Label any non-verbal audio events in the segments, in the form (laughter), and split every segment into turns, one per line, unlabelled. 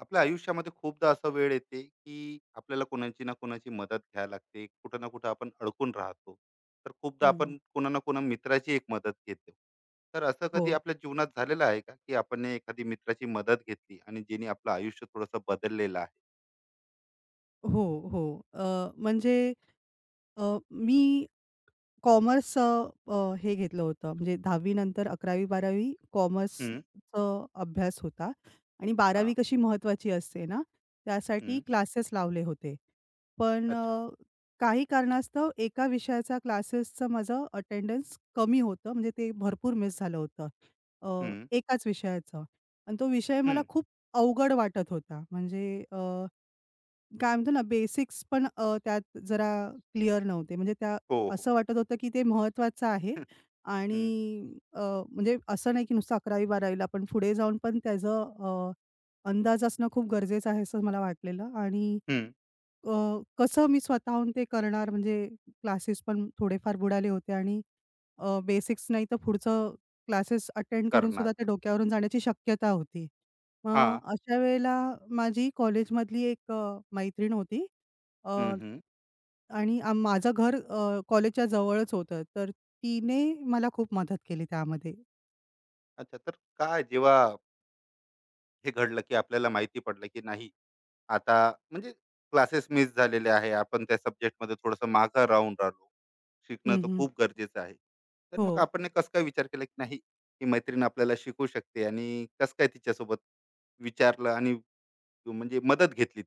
आपल्या आयुष्यामध्ये खूपदा असा वेळ येते की आपल्याला कोणाची ना कोणाची मदत घ्यावी लागते, कुठं ना कुठं आपण अडकून राहतो. तर खूपदा
हं, हं.
आपण कोणा ना कोणा मित्राची एक मदत घेतो. तर असं
हो,
कधी आपल्या जीवनात झालेलं आहे का, की आपण एखादी मित्राची मदत घेतली आणि जेणे आपलं आयुष्य थोडंसं बदललेलं आहे?
हो, हो. अ, म्हणजे मी कॉमर्स, अ, हे घेतलं होतं, म्हणजे 10वी नंतर अकरावी बारावी
हम्म.
कॉमर्सचा अभ्यास होता. आणि
हा.
बारावी कशी महत्त्वाची असते ना, त्यासाठी
हम्म.
क्लासेस लावले होते. पण
अच्छा.
काही कारणास्तव एका विषयाचा क्लासेसचं माझं अटेंडन्स कमी होतं, म्हणजे ते भरपूर मिस झालं होतं.
हम्म.
एकाच विषयाचं, आणि तो विषय मला
हम्म.
खूप अवघड वाटत होता. म्हणजे काय म्हणतो ना, बेसिक्स पण, त्यात जरा क्लिअर नव्हते. म्हणजे त्या
हो. हो.
असं वाटत होतं, की ते महत्त्वाचं आहे.
हम्म. हम्म.
आणि म्हणजे असं नाही, की नुसतं अकरावी 12वी ला, पण पुढे जाऊन पण त्याचं अंदाज असणं खूप गरजेचं आहे, असं मला वाटलेलं. आणि
हम्म.
अ, कसं मी स्वतःहून ते करणार? म्हणजे क्लासेस पण थोडेफार बुडाले होते, आणि बेसिक्स नाही तर पुढचं क्लासेस अटेंड करून
करणार
सुद्धा ते
का?
डोक्यावरून जाण्याची शक्यता होती.
हा.
मग अशा वेळेला माझी कॉलेजमधली एक मैत्रीण होती,
हम्म.
अ,
हम्म.
आणि माझं घर, कॉलेजच्या जवळच होतं. तर तिने मला खूप मदत केली त्यामध्ये.
अच्छा, तर काय जेव्हा हे घडलं, की आपल्याला माहिती पडलं की नाही आता, म्हणजे क्लासेस मिस झालेले आहे, आपण त्या सब्जेक्टमध्ये थोडंसं मागं राहिलो, शिकणं
हं,
तर
हं.
खूप गरजेचं आहे, तर
हो.
मग आपण हे कसं काय विचार केला की नाही ही मैत्रीण आपल्याला शिकू शकते, आणि कसं काय तिच्यासोबत विचारलं आणि तू म्हणजे मदत घेतली?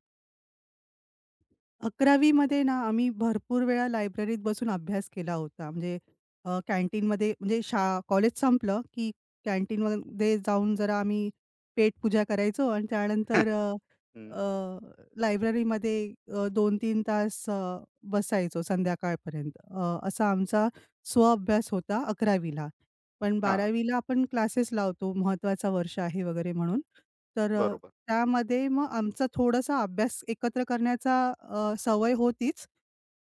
11वी मध्ये ना, आम्ही भरपूर वेळा लायब्ररीत बसून अभ्यास केला होता. म्हणजे कॅन्टीनमध्ये, म्हणजे कॉलेज संपलं की कॅन्टीनमध्ये जाऊन जरा आम्ही पेटपूजा करायचो, आणि
(laughs)
त्यानंतर अ,
हम्म.
अ, लायब्ररीमध्ये 2-3 तास बसायचो संध्याकाळपर्यंत. असा आमचा स्वअभ्यास होता 11वी. पण
हा.
12वी आपण क्लासेस लावतो, महत्त्वाचं वर्ष आहे वगैरे म्हणून. तर
बरोबर.
त्यामध्ये मग आमचा थोडासा अभ्यास एकत्र करण्याचा सवय होतीच.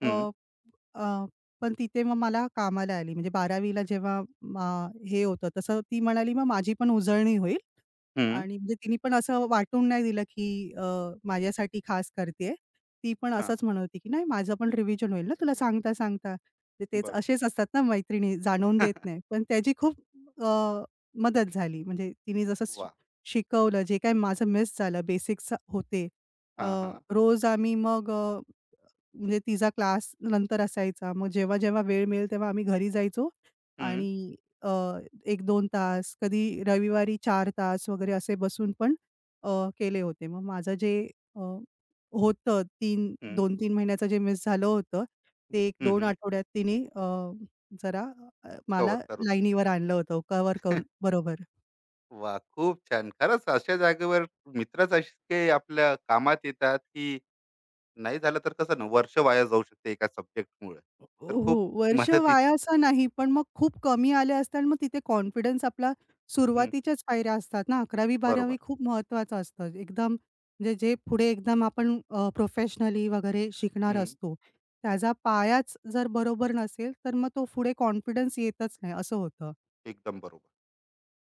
हम्म.
अ, अ, पण तिथे मग मला कामाला आली. म्हणजे 12वी ला जेव्हा हे होतं तसं ती म्हणाली, "मग माझी पण उजळणी होईल."
हम्म.
आणि म्हणजे तिने पण असं वाटून नाही दिलं, की माझ्यासाठी खास करतेय. ती पण
हा.
असंच म्हणत होती, की "नाही, माझं पण रिव्हिजन होईल ना तुला सांगता-सांगता." ते तेच
बरोबर.
असेच असतात ना, मैत्रिणी जाणवून देत
(laughs)
नाही. पण त्याची खूप अ, मदत झाली. म्हणजे तिने जसं
वा.
शिकवलं, जे काही माझं मिस झालं बेसिक्स होते. अ,
हा. हा.
रोज आम्ही मग, म्हणजे तिचा क्लास नंतर असायचा. मग जेव्हा-जेव्हा वेळ मिळेल तेव्हा आम्ही घरी जायचो, आणि अ, 1-2 तास, कधी रविवारी चार तास वगैरे असे बसून पण अ, केले होते. मग माझं जे अ, होतं, 3 2-3 महिन्याचं जे मिस झालं होतं, ते एक दोन आठवड्यात तिने जरा मला
कव्हर करून दिलं.
लाईनीवर आणलं होतं, कव्हर करून
(laughs)
बरोबर.
वाह! खूप छान. खरंच अशा जागेवर मित्रच इतके आपल्या कामात येतात, की नाही झालं तर कसं ना वर्ष वाया जाऊ शकते एका सब्जेक्टमुळे. तर
हो,
खूप
वर्ष वाया
मदतीची.
असं नाही, पण मग खूप कमी आले असतात, आणि मग तिथे कॉन्फिडन्स आपला.
हं,
सुरुवातीच्याच पायऱ्या असतात ना, अकरावी
बरोबर.
12वी खूप महत्त्वाचं असतं. एकदम म्हणजे, जे पुढे एकदम आपण प्रोफेशनली वगैरे शिकणार
हं.
असतो. त्याचा पायाच जर बरोबर नसेल, तर मग तो पुढे कॉन्फिडन्स येतच नाही, असं होतं.
एकदम बरोबर.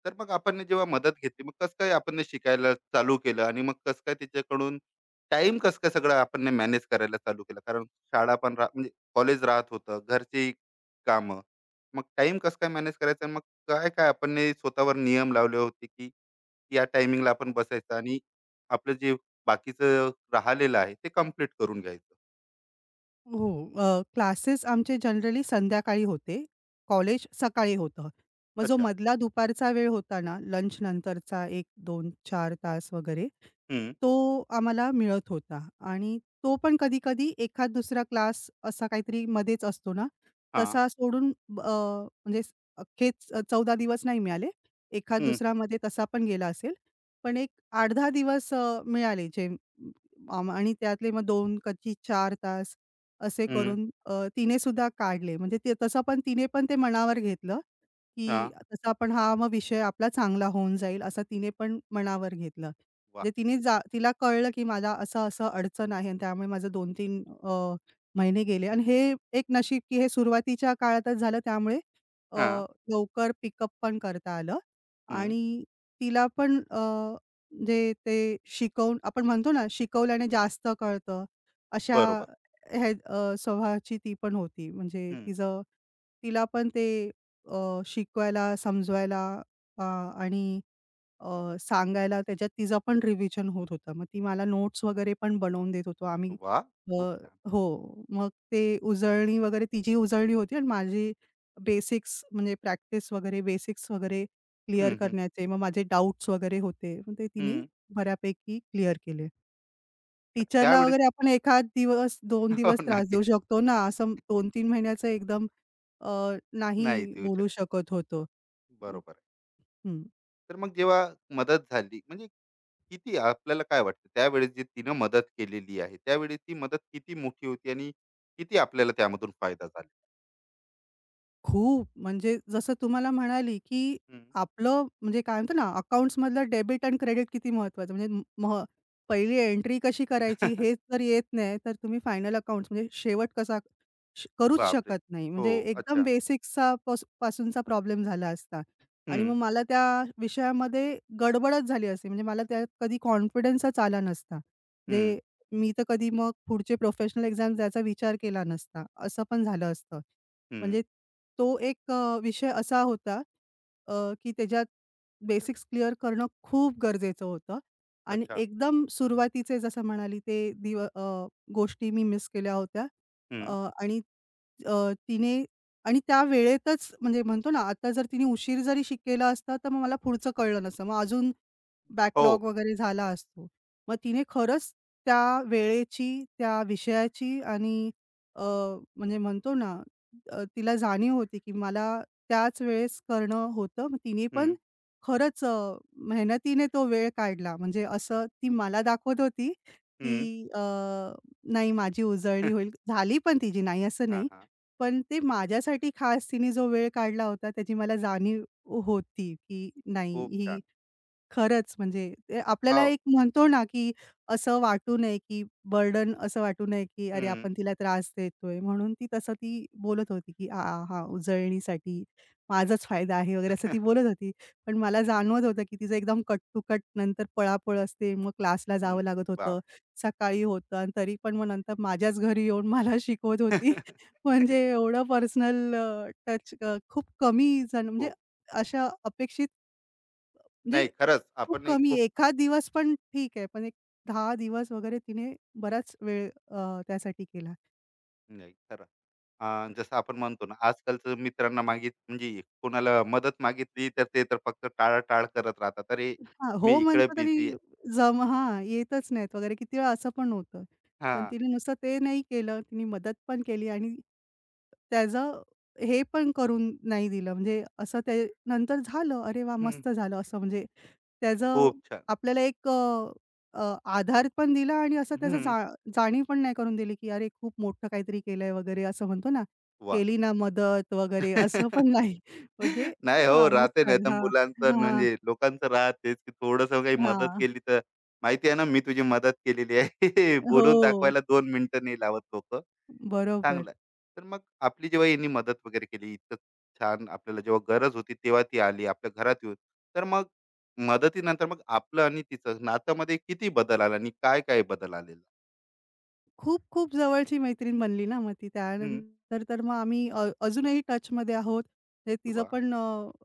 तर मग आपण जेव्हा मदत घेतली, मग कसं काय आपण शिकायला चालू केलं आणि मग कसं काय त्याच्याकडून टाईम, कसं काय सगळं आपण मॅनेज करायला चालू केलं? कारण शाळा पण म्हणजे कॉलेज राहत होतं, घरची कामं. मग टाईम कसं काय मॅनेज करायचं, आणि मग काय-काय आपण स्वतःवर नियम लावले होते, की या टायमिंगला आपण बसायचं आणि आपलं जे बाकीचं राहिलेलं आहे ते कंप्लीट करून घ्यायचं?
हो. क्लासेस आमचे जनरली संध्याकाळी होते. कॉलेज सकाळी होतं. मग जो
अच्छा.
मधला दुपारचा वेळ होता ना, लंच नंतरचा एक, दोन, चार तास वगैरे,
हं.
तो आम्हाला मिळत होता. आणि तो पण कधी-कधी एखाद दुसरा क्लास असा काहीतरी मध्येच असतो ना,
हां.
तसा सोडून म्हणजे स- अख्खेच 14 दिवस नाही मिळाले. एखाद
हं,
दुसरामध्ये तसा पण गेला असेल. पण एक 8-10 दिवस मिळाले, जे आणि त्यातले मग 2 कधी 4 तास असे
हं.
करून तिने सुद्धा काढले. म्हणजे ते तसं पण तिने पण ते मनावर घेतलं, की
हां.
तसा पण हा मग विषय आपला चांगला होऊन जाईल, असं तिने पण मनावर घेतलं.
वाह!
म्हणजे तिने तिला कळलं, की मला असं-असं अडचण आहे, आणि त्यामुळे माझं 2-3 महिने गेले. आणि हे एक नशीब, की हे सुरुवातीच्या काळातच झालं, त्यामुळे अ,
हां.
लवकर पिकअप पण करता आलं.
हं.
आणि तिला पण म्हणजे ते शिकवून, आपण म्हणतो ना, शिकवल्याने जास्त कळतं. अशा
बरोबर.
स्वभावाची ती पण होती. म्हणजे
हं.
तिचं, तिला पण ते शिकवायला, समजवायला आणि सांगायला त्याच्यात तिचं पण रिव्हिजन होत होतं. मग ती मला नोट्स वगैरे पण बनवून देत होतो आम्ही.
वाह! खूप
अ,
छान.
हो. मग ते उजळणी वगैरे, तिची उजळणी होती आणि माझी बेसिक्स, म्हणजे प्रॅक्टिस वगैरे बेसिक्स वगैरे क्लिअर
हं, हं.
करण्याचे. मग माझे डाउट्स वगैरे होते. मग ते तिने
हं.
बऱ्यापैकी क्लिअर केले.
तर
टीचरला
त्यावेळी.
वगैरे आपण एखाद दिवस, 2
(laughs) हो,
दिवस त्रास देऊ
नक्कीच.
शकतो ना, असं 2 तीन महिन्याचं एकदम अ, नाही
नाही देऊ
बोलू
शकत.
शकत होतो.
बरोबर आहे.
हं.
तर मग जेव्हा मदत झाली, म्हणजे किती आपल्याला काय वाटतं त्यावेळेस जी तिनं मदत केलेली आहे, त्यावेळी ती मदत किती मोठी होती आणि किती आपल्याला त्यामधून फायदा झाला?
खूप. म्हणजे जसं तुम्हाला म्हणाली, की
हं.
आपलं, म्हणजे काय म्हणतो ना, अकाउंट्समधलं डेबिट आणि क्रेडिट किती महत्वाचं, म्हणजे म- मह पहिली एंट्री कशी करायची हेच
(laughs)
जर येत नाही, तर तुम्ही फायनल अकाउंट्स म्हणजे शेवट कसा करूच
बापरे!
शकत नाही.
हो,
म्हणजे एकदम
अच्छा.
बेसिक्सचा पासूनचा प्रॉब्लेम झाला असता. आणि
हं,
मग मला त्या विषयामध्ये गडबडच झाली असती. म्हणजे मला त्यात कधी कॉन्फिडन्सच आला नसता.
हं,
म्हणजे मी तर कधी मग पुढचे प्रोफेशनल एक्झाम्स द्यायचा विचार केला नसता, असं पण झालं असतं.
हं.
म्हणजे तो एक विषय असा होता, अ, की त्याच्यात बेसिक्स क्लिअर करणं खूप गरजेचं होतं. आणि
अच्छा.
एकदम सुरुवातीचे जसं म्हणाली, ते गोष्टी मी मिस केल्या होत्या. अ,
हं.
आणि अ, तिने आणि त्या वेळेतच म्हणजे म्हणतो ना, आता जर तिने उशीर जरी केला असता, तर मग मला पुढचं कळलं नसतं. मग अजून
हो.
बॅकलॉग वगैरे झाला असतो. मग तिने खरंच त्या वेळेची, त्या विषयाची, आणि अ, म्हणजे म्हणतो ना, तिला जाणीव होती, की मला त्याच वेळेस करणं होतं. मग तिने पण
हं,
खरंच मेहनतीने तो वेळ काढला. म्हणजे असं ती मला दाखवत होती,
हं.
की नाही, माझी उजळणी होईल. झाली पण तिची, नाही असं
हां,
नाही.
हां. (laughs)
पण ते माझ्यासाठी खास तिने जो वेळ काढला होता, त्याची मला जाणीव होती, की नाही,
खूप छान.
ही खरंच म्हणजे ते आपल्याला
हो.
एक म्हणतो ना, की असं वाटू नये, की बर्डन असं वाटू नये, की अरे
हं.
आपण तिला त्रास देतोय. म्हणून ती तसं ती बोलत होती, की "आ, आ, हा उजळणीसाठी माझाच फायदा आहे" वगैरे असं ती बोलत होती. पण मला जाणवत होतं, की तिचं एकदम कट टू कट नंतर पळापळ असते. मग क्लासला
हं.
जावं लागत
(laughs) बाप
होतं. सकाळी होतं आणि तरी पण मग नंतर माझ्याच घरी येऊन मला शिकवत होती. (laughs) म्हणजे
(laughs)
एवढं पर्सनल टच खूप कमी जण, म्हणजे
खूप.
अशा अपेक्षित, म्हणजे
नाही, खरंच
खूप
आपण एक
कमी.
खूप.
एखाद दिवस पण ठीक आहे, पण एक 10 दिवस वगैरे तिने बराच वेळ त्यासाठी केला.
नाही खरं. अं, जसं आपण म्हणतो ना, आजकालचं मित्रांना मागित, म्हणजे कोणाला मदत मागितली तर ते तर फक्त टाळाटाळ करत राहतात, अरे
हां,
मी
हो
इकडे
म्हणतात आणि
बिझी आहे.
हां, येतच नाहीत वगैरे, किती वेळा असं पण होतं. पण
हा.
तिने नुसतं ते नाही केलं. तिने मदत पण केली, आणि त्याचं हे पण करून नाही दिलं. म्हणजे असं ते नंतर झालं, "अरे वाह!
हम्म,
मस्त झालं." असं म्हणजे त्याचं
खूप छान.
आपल्याला एक अ, अ, आधार पण दिला. आणि असं त्याचं
हम्म,
जाणीव पण नाही करून दिली, की "अरे खूप मोठं काहीतरी केलंय" वगैरे, असं म्हणतो ना,
वा.
"केली ना मदत" वगैरे, असं पण
(laughs)
नाही. म्हणजे
नाही
"अरे
हो,
वाह!
राहते
मस्त
नाही तर
झालं." हां,
मुलांचं
हां,
म्हणजे लोकांचं राहतेच, की थोडस काही मदत
हां.
केली तर माहिती आहे ना, मी तुझी मदत केलेली आहे. (laughs)
हो,
बोलून दाखवायला दोन मिनिटं नाही लावत लोक.
बरोबर.
चांगलं आहे. तर मग आपली जेव्हा यांनी मदत वगैरे केली, इतकं छान आपल्याला जेव्हा गरज होती तेव्हा ती आली आपल्या घरात येऊन. तर मग मदतीनंतर मग आपलं आणि तिचं नात्यामध्ये किती बदल आला आणि काय-काय बदल आलेला?
खूप खूप जवळची मैत्रीण बनली ना मग ती.
हं,
त्यानंतर तर मग आम्ही अजूनही टचमध्ये आहोत. म्हणजे तिचं
वाह!
पण अ,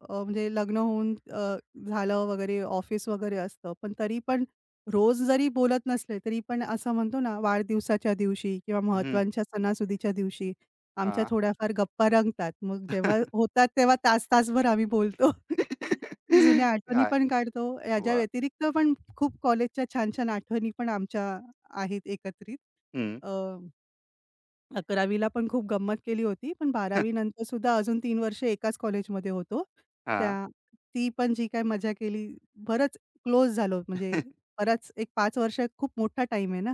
अ, म्हणजे लग्न होऊन झालं वगैरे, ऑफिस वगैरे असतं. पण तरी पण रोज जरी बोलत नसले, तरी पण असं म्हणतो ना, वाढदिवसाच्या दिवशी किंवा
हं,
महत्त्वाच्या सणासुदीच्या दिवशी आमच्या
हां.
थोड्याफार गप्पा रंगतात. मग जेव्हा
(laughs)
होतात तेव्हा तास-तासभर आम्ही बोलतो. (laughs) जुन्या आठवणी
काय?
पण काढतो. याच्या
वाह!
व्यतिरिक्त पण खूप कॉलेजच्या छान-छान आठवणी पण आमच्या आहेत एकत्रित.
हं,
अ, 11वी ला पण खूप गंमत केली होती. पण 12वी नंतर सुद्धा अजून 3 वर्ष एकाच कॉलेजमध्ये होतो.
हां.
त्या ती पण जी काही मजा केली, बरंच क्लोज झालो, म्हणजे
(laughs)
बराच. एक पाच वर्ष खूप मोठा टाईम आहे ना.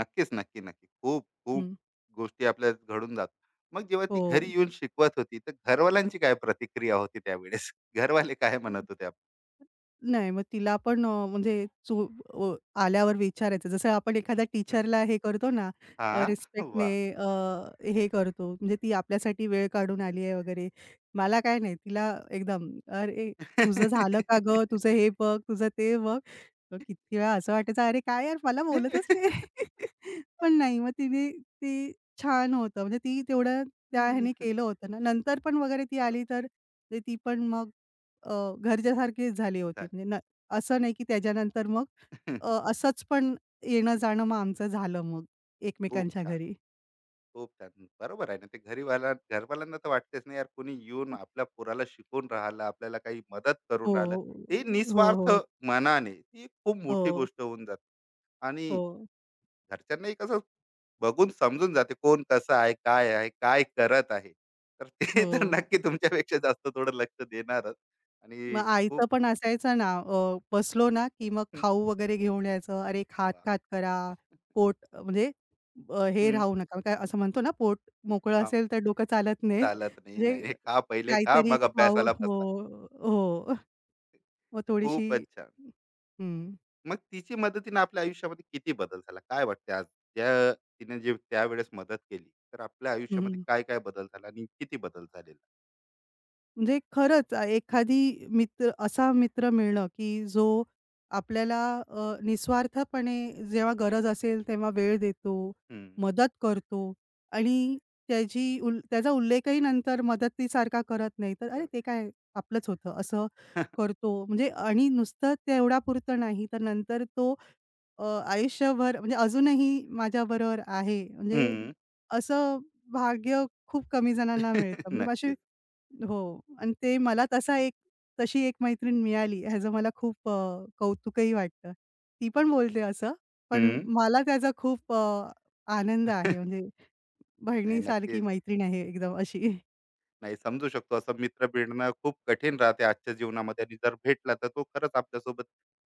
नक्कीच, नक्की, नक्की. खूप, खूप
हं.
गोष्टी आपल्या घडून जातात. मग जेव्हा ती
हो.
घरी येऊन शिकवत होती, तर घरवाल्यांची काय प्रतिक्रिया होती त्यावेळेस? (laughs) घरवाले काय म्हणत होते?
नाही, मग तिला पण म्हणजे अ, आल्यावर विचारायचं. जसं आपण एखाद्या
हं,
टीचरला हे करतो ना,
हां,
रिस्पेक्टने
वाह!
हे करतो, म्हणजे ती आपल्यासाठी वेळ काढून
वेळ
आली
का?
आहे वगैरे. मला काय नाही, तिला एकदम, "अरे, तुझं झालं का गं? तुझं हे बघ, तुझं ते बघ." मग किती वेळा असं वाटायचं, "अरे काय यार, मला बोलतच नाही." (laughs) पण नाही, मग तिने ते छान होतं. म्हणजे ती तेवढं त्या ह्याने केलं होतं ना. नंतर पण वगैरे ती आली,
बरोबर.
तर ते ती पण मग अ, घरच्यासारखीच झाली होती.
झाली.
म्हणजे असं नाही की त्याच्यानंतर मग असंच पण येणं-जाणं मग आमचं झालं, मग
खूप
एकमेकांच्या
छान.
घरी.
खूप छान. बरोबर आहे ना, ते घरीवाला घरवाल्यांना तर वाटतेच, नाही यार कोणी येऊन आपल्या पोराला शिकून राहिलं, आपल्याला काही मदत करून राहिलं,
हो,
ते
हो,
निस्वार्थ
हो,
मनाने, ती एक खूप
हो,
मोठी गोष्ट होऊन जाते. आणि
हो,
घरच्यांनाही कसं बघून समजून जाते कोण कसं आहे, काय आहे, काय करत आहे, तर ते
हो.
तर नक्की तुमच्यापेक्षा जास्त थोडं लक्ष देणारच.
मग
आणि खूप
आईचं पण असायचं ना, बसलो ना, की मग खाऊ वगैरे घेऊन यायचं. "अरे,
वा.
खात-खात करा, पोट म्हणजे हे
हं,
राहू नका." काय असं म्हणतो ना, पोट मोकळं
हा,
असेल तर डोकं चालत नाही.
चालत नाही.
म्हणजे
नाही, नाही, खा, पहिले खा,
काहीतरी
मग
खाऊ.
अभ्यासाला
हो,
बसा.
हो. मग थोडीशी.
खूपच छान.
हं,
मग तिची मदतीने आपल्या आयुष्यामध्ये किती बदल झाला? काय वाटते आज, ज्या तिने जे त्यावेळेस मदत केली, तर आपल्या आयुष्यामध्ये
हं.
काय-काय बदल झाला आणि किती बदल झालेला?
म्हणजे खरंच, एखादी मित्र, असा मित्र मिळणं, की जो आपल्याला निस्वार्थपणे जेव्हा गरज असेल तेव्हा वेळ देतो,
हं.
मदत करतो, आणि त्याची उल त्याचा उल्लेखही नंतर मदतीसारखा करत नाही, तर "अरे,
हं.
ते काय आपलंच होतं," असं
(laughs)
करतो. म्हणजे आणि नुसतं तेवढ्यापुरतं नाही, तर नंतर तो अ, आयुष्यभर म्हणजे अजूनही माझ्याबरोबर आहे. म्हणजे असं भाग्य खूप कमी जणांना
(laughs)
मिळतं. म्हणजे अशी.
नक्कीच.
हो. आणि ते मला तसा एक, तशी एक मैत्रीण मिळाली, ह्याचं मला खूप कौतुकही वाटतं. ती पण बोलते असं, पण
हं.
मला त्याचा खूप आनंद आहे.
(laughs)
म्हणजे
नाही
बहिणीसारखी
नक्की.
मैत्रीण आहे एकदम अशी.
नाही, समजू शकतो असं मित्र भेटणं खूप कठीण राहते आजच्या जीवनामध्ये, आणि जर भेटला तर तो खरंच आपल्यासोबत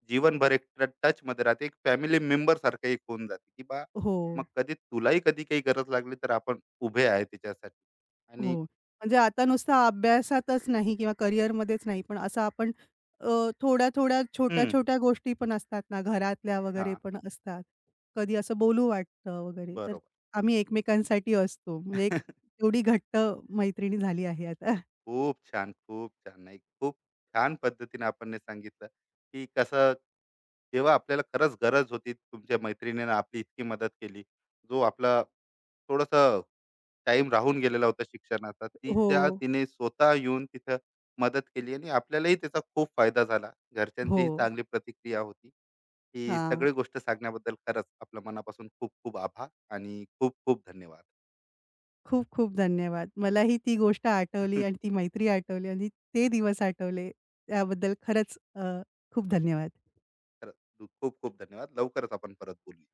जीवनभर एक टच मध्ये राहते, एक फॅमिली मेंबर सारखं एक होऊन जाते, की
हो.
मग कधी तुलाही कधी काही गरज लागली तर आपण उभे आहे त्याच्यासाठी. आणि
हो. म्हणजे आता नुसता अभ्यासातच नाही किंवा करिअरमध्येच नाही, पण असं आपण अ, थोड्या-थोड्या,
हम्म.
छोट्या-छोट्या गोष्टी पण असतात ना, घरातल्या
हा,
वगैरे पण असतात. कधी असं बोलू वाटतं वगैरे, तर
बरोबर.
आम्ही एकमेकांसाठी असतो. म्हणजे एक
(laughs)
एवढी घट्ट मैत्रिणी झाली आहे आता.
खूप छान. खूप छान. नाही, खूप छान पद्धतीने आपण हे सांगितलं, की कसं जेव्हा आपल्याला खरंच गरज होती तुमच्या मैत्रिणीने आपली इतकी मदत केली, जो आपला थोडासा टाइम राहून गेलेला होता शिक्षणाचा,
हो,
तिने स्वतः येऊन तिथं मदत केली आणि आपल्यालाही त्याचा खूप फायदा झाला.
हो.
घरच्यांचीही चांगली प्रतिक्रिया होती. ही
हां.
सगळी गोष्ट सांगण्याबद्दल खरंच आपल्या मनापासून खूप खूप आभार आणि खूप खूप धन्यवाद.
खूप-खूप धन्यवाद. मलाही ती गोष्ट आठवली, आणि
(laughs)
ती मैत्री आठवली, आणि ते दिवस आठवले. त्याबद्दल खरंच खूप धन्यवाद.
खरंच, खूप खूप धन्यवाद. लवकरच आपण परत बोलूया.